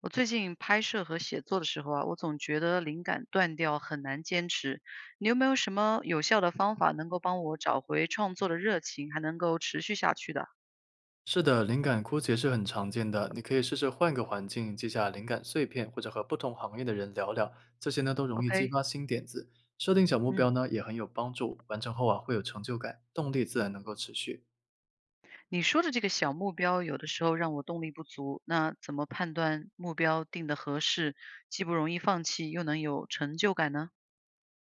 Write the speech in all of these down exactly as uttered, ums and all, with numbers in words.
我最近拍摄和写作的时候啊，我总觉得灵感断掉，很难坚持。你有没有什么有效的方法能够帮我找回创作的热情，还能够持续下去的是的，灵感枯竭是很常见的。你可以试试换个环境，记下灵感碎片，或者和不同行业的人聊聊，这些呢都容易激？OK。发新点子。设定小目嗯。标呢也很有帮助，完成后啊会有成就感，动力自然能够持续。你说的这个小目标，有的时候让我动力不足。那怎么判断目标定的合适，既不容易放弃，又能有成就感呢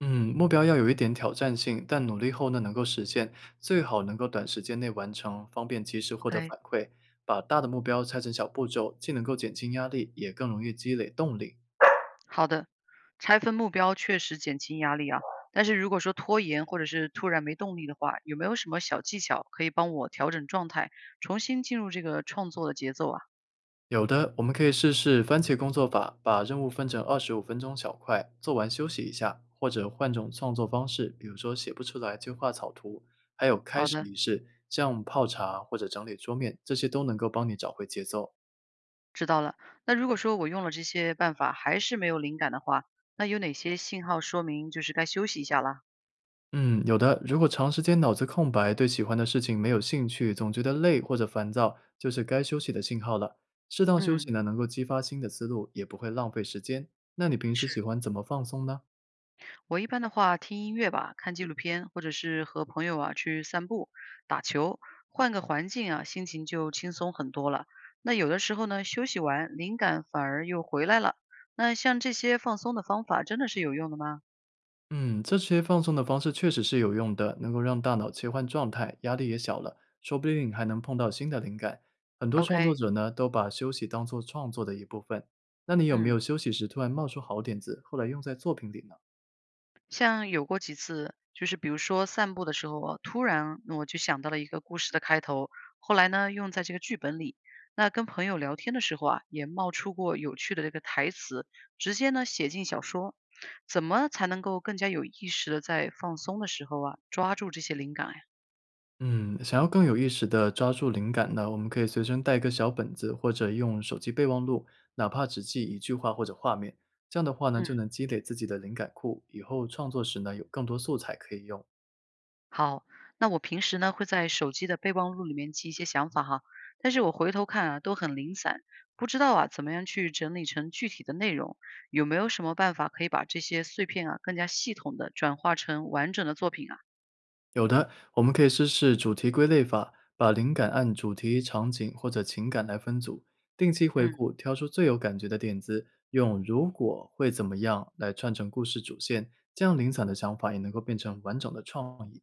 嗯，目标要有一点挑战性，但努力后呢能够实现，最好能够短时间内完成，方便及时获得？OK。反馈。把大的目标拆成小步骤，既能够减轻压力，也更容易积累动力。好的。拆分目标确实减轻压力啊。但是如果说拖延或者是突然没动力的话，有没有什么小技巧可以帮我调整状态，重新进入这个创作的节奏啊？有的，我们可以试试番茄工作法，把任务分成二十五分钟小块，做完休息一下，或者换种创作方式，比如说写不出来就画草图，还有开好始的，仪式，像泡茶或者整理桌面，这些都能够帮你找回节奏。知道了。那如果说我用了这些办法还是没有灵感的话，那有哪些信号说明就是该休息一下啦？嗯，有的，如果长时间脑子空白，对喜欢的事情没有兴趣，总觉得累或者烦躁，就是该休息的信号了。适当休息嗯。呢，能够激发新的思路，也不会浪费时间。那你平时喜是。欢怎么放松呢？我一般的话，听音乐吧，看纪录片，或者是和朋友啊去散步、打球，换个环境啊，心情就轻松很多了。那有的时候呢，休息完，灵感反而又回来了。那像这些放松的方法，真的是有用的吗嗯，这些放松的方式确实是有用的，能够让大脑切换状态，压力也小了，说不定还能碰到新的灵感。很多创作？OK。者呢，都把休息当做创作的一部分。那你有没有嗯。休息时突然冒出好点子，后来用在作品里呢？像有过几次，就是比如说散步的时候啊，突然我就想到了一个故事的开头，后来呢用在这个剧本里。那跟朋友聊天的时候啊，也冒出过有趣的这个台词，直接呢写进小说。怎么才能够更加有意识的在放松的时候啊，抓住这些灵感呀？嗯，想要更有意识的抓住灵感呢，我们可以随身带一个小本子，或者用手机备忘录，哪怕只记一句话或者画面，这样的话呢，嗯，就能积累自己的灵感库，以后创作时呢，有更多素材可以用。好。那我平时呢会在手机的备忘录里面记一些想法哈，但是我回头看啊都很零散，不知道啊怎么样去整理成具体的内容，有没有什么办法可以把这些碎片啊更加系统的转化成完整的作品啊？有的，我们可以试试主题归类法，把灵感按主题、场景或者情感来分组，定期回嗯顾，挑出最有感觉的点子，用“如果会怎么样”来串成故事主线，这样零散的想法也能够变成完整的创意。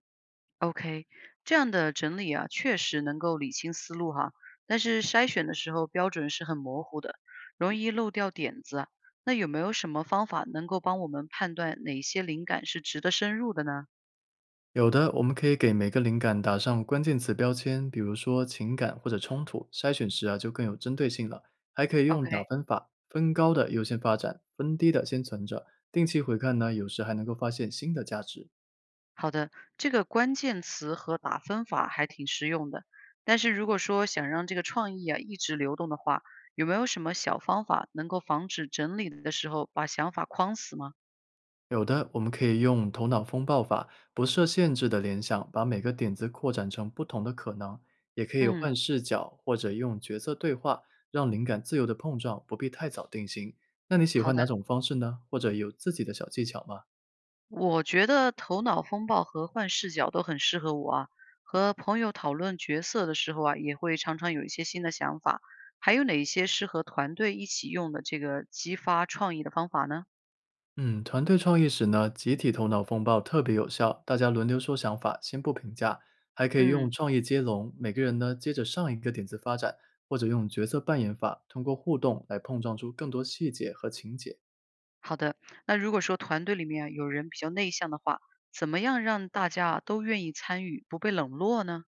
，OK。这样的整理啊确实能够理清思路哈，但是筛选的时候标准是很模糊的，容易漏掉点子啊。那有没有什么方法能够帮我们判断哪些灵感是值得深入的呢有的，我们可以给每个灵感打上关键词标签，比如说情感或者冲突，筛选时啊就更有针对性了。还可以用？OK。打分法，分高的优先发展，分低的先存着，定期回看呢，有时还能够发现新的价值。好的。这个关键词和打分法还挺实用的。但是如果说想让这个创意啊一直流动的话，有没有什么小方法能够防止整理的时候把想法框死吗？有的，我们可以用头脑风暴法，不设限制的联想，把每个点子扩展成不同的可能；也可以换嗯。视角，或者用角色对话，让灵感自由的碰撞，不必太早定型。那你喜好欢哪的。种方式呢？或者有自己的小技巧吗？我觉得头脑风暴和换视角都很适合我啊。和朋友讨论角色的时候啊，也会常常有一些新的想法。还有哪一些适合团队一起用的这个激发创意的方法呢？嗯，团队创意时呢，集体头脑风暴特别有效，大家轮流说想法，先不评价，还可以用嗯。创意接龙，每个人呢接着上一个点子发展，或者用角色扮演法，通过互动来碰撞出更多细节和情节。好的。那如果说团队里面有人比较内向的话，怎么样让大家都愿意参与，不被冷落呢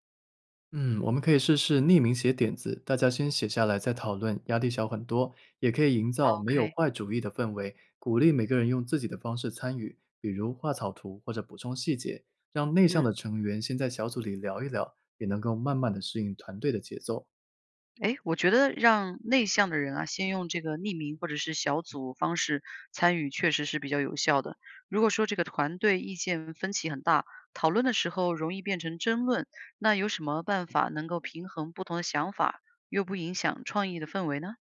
嗯，我们可以试试匿名写点子，大家先写下来再讨论，压力小很多。也可以营造没有？OK。坏主意的氛围，鼓励每个人用自己的方式参与，比如画草图或者补充细节，让内向嗯。的成员先在小组里聊一聊，也能够慢慢的适应团队的节奏。诶，我觉得让内向的人啊，先用这个匿名或者是小组方式参与，确实是比较有效的。如果说这个团队意见分歧很大，讨论的时候容易变成争论，那有什么办法能够平衡不同的想法，又不影响创意的氛围呢？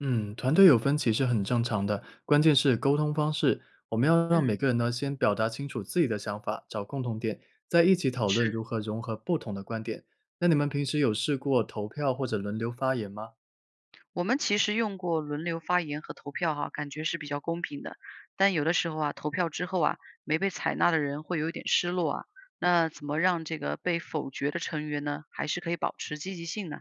嗯，团队有分歧是很正常的，关键是沟通方式。我们要让嗯。每个人呢先表达清楚自己的想法，找共同点，再一起讨论是。如何融合不同的观点。那你们平时有试过投票或者轮流发言吗？我们其实用过轮流发言和投票哈，感觉是比较公平的。但有的时候啊，投票之后啊，没被采纳的人会有一点失落啊。那怎么让这个被否决的成员呢，还是可以保持积极性呢？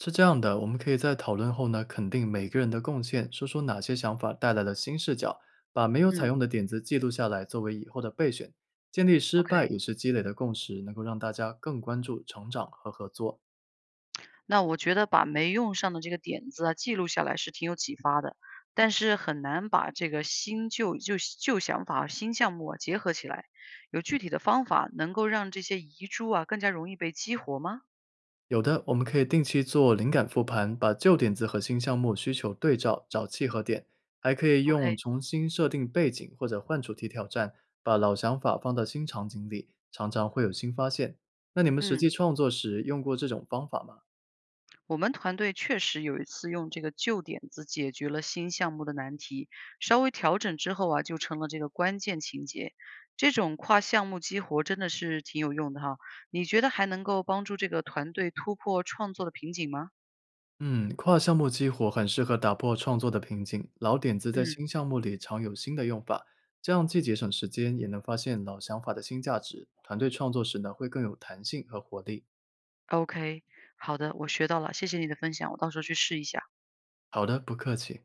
是这样的，我们可以在讨论后呢，肯定每个人的贡献，说说哪些想法带来了新视角，把没有采嗯用的点子记录下来，作为以后的备选。建立失败，OK。也是积累的共识，能够让大家更关注成长和合作。那我觉得把没用上的这个点子啊，记录下来是挺有启发的，但是很难把这个新旧旧旧想法、新项目啊结合起来。有具体的方法能够让这些遗珠啊更加容易被激活吗有的，我们可以定期做灵感复盘，把旧点子和新项目需求对照，找契合点。还可以用？OK。重新设定背景或者换主题挑战，把老想法放到新场景里，常常会有新发现。那你们实际嗯。创作时用过这种方法吗？我们团队确实有一次用这个旧点子解决了新项目的难题，稍微调整之后啊，就成了这个关键情节。这种跨项目激活真的是挺有用的哈。你觉得还能够帮助这个团队突破创作的瓶颈吗？嗯，跨项目激活很适合打破创作的瓶颈，老点子在嗯新项目里常有新的用法，这样既节省时间，也能发现老想法的新价值。团队创作时呢，会更有弹性和活力。，OK，好的，我学到了，谢谢你的分享，我到时候去试一下。好的，不客气。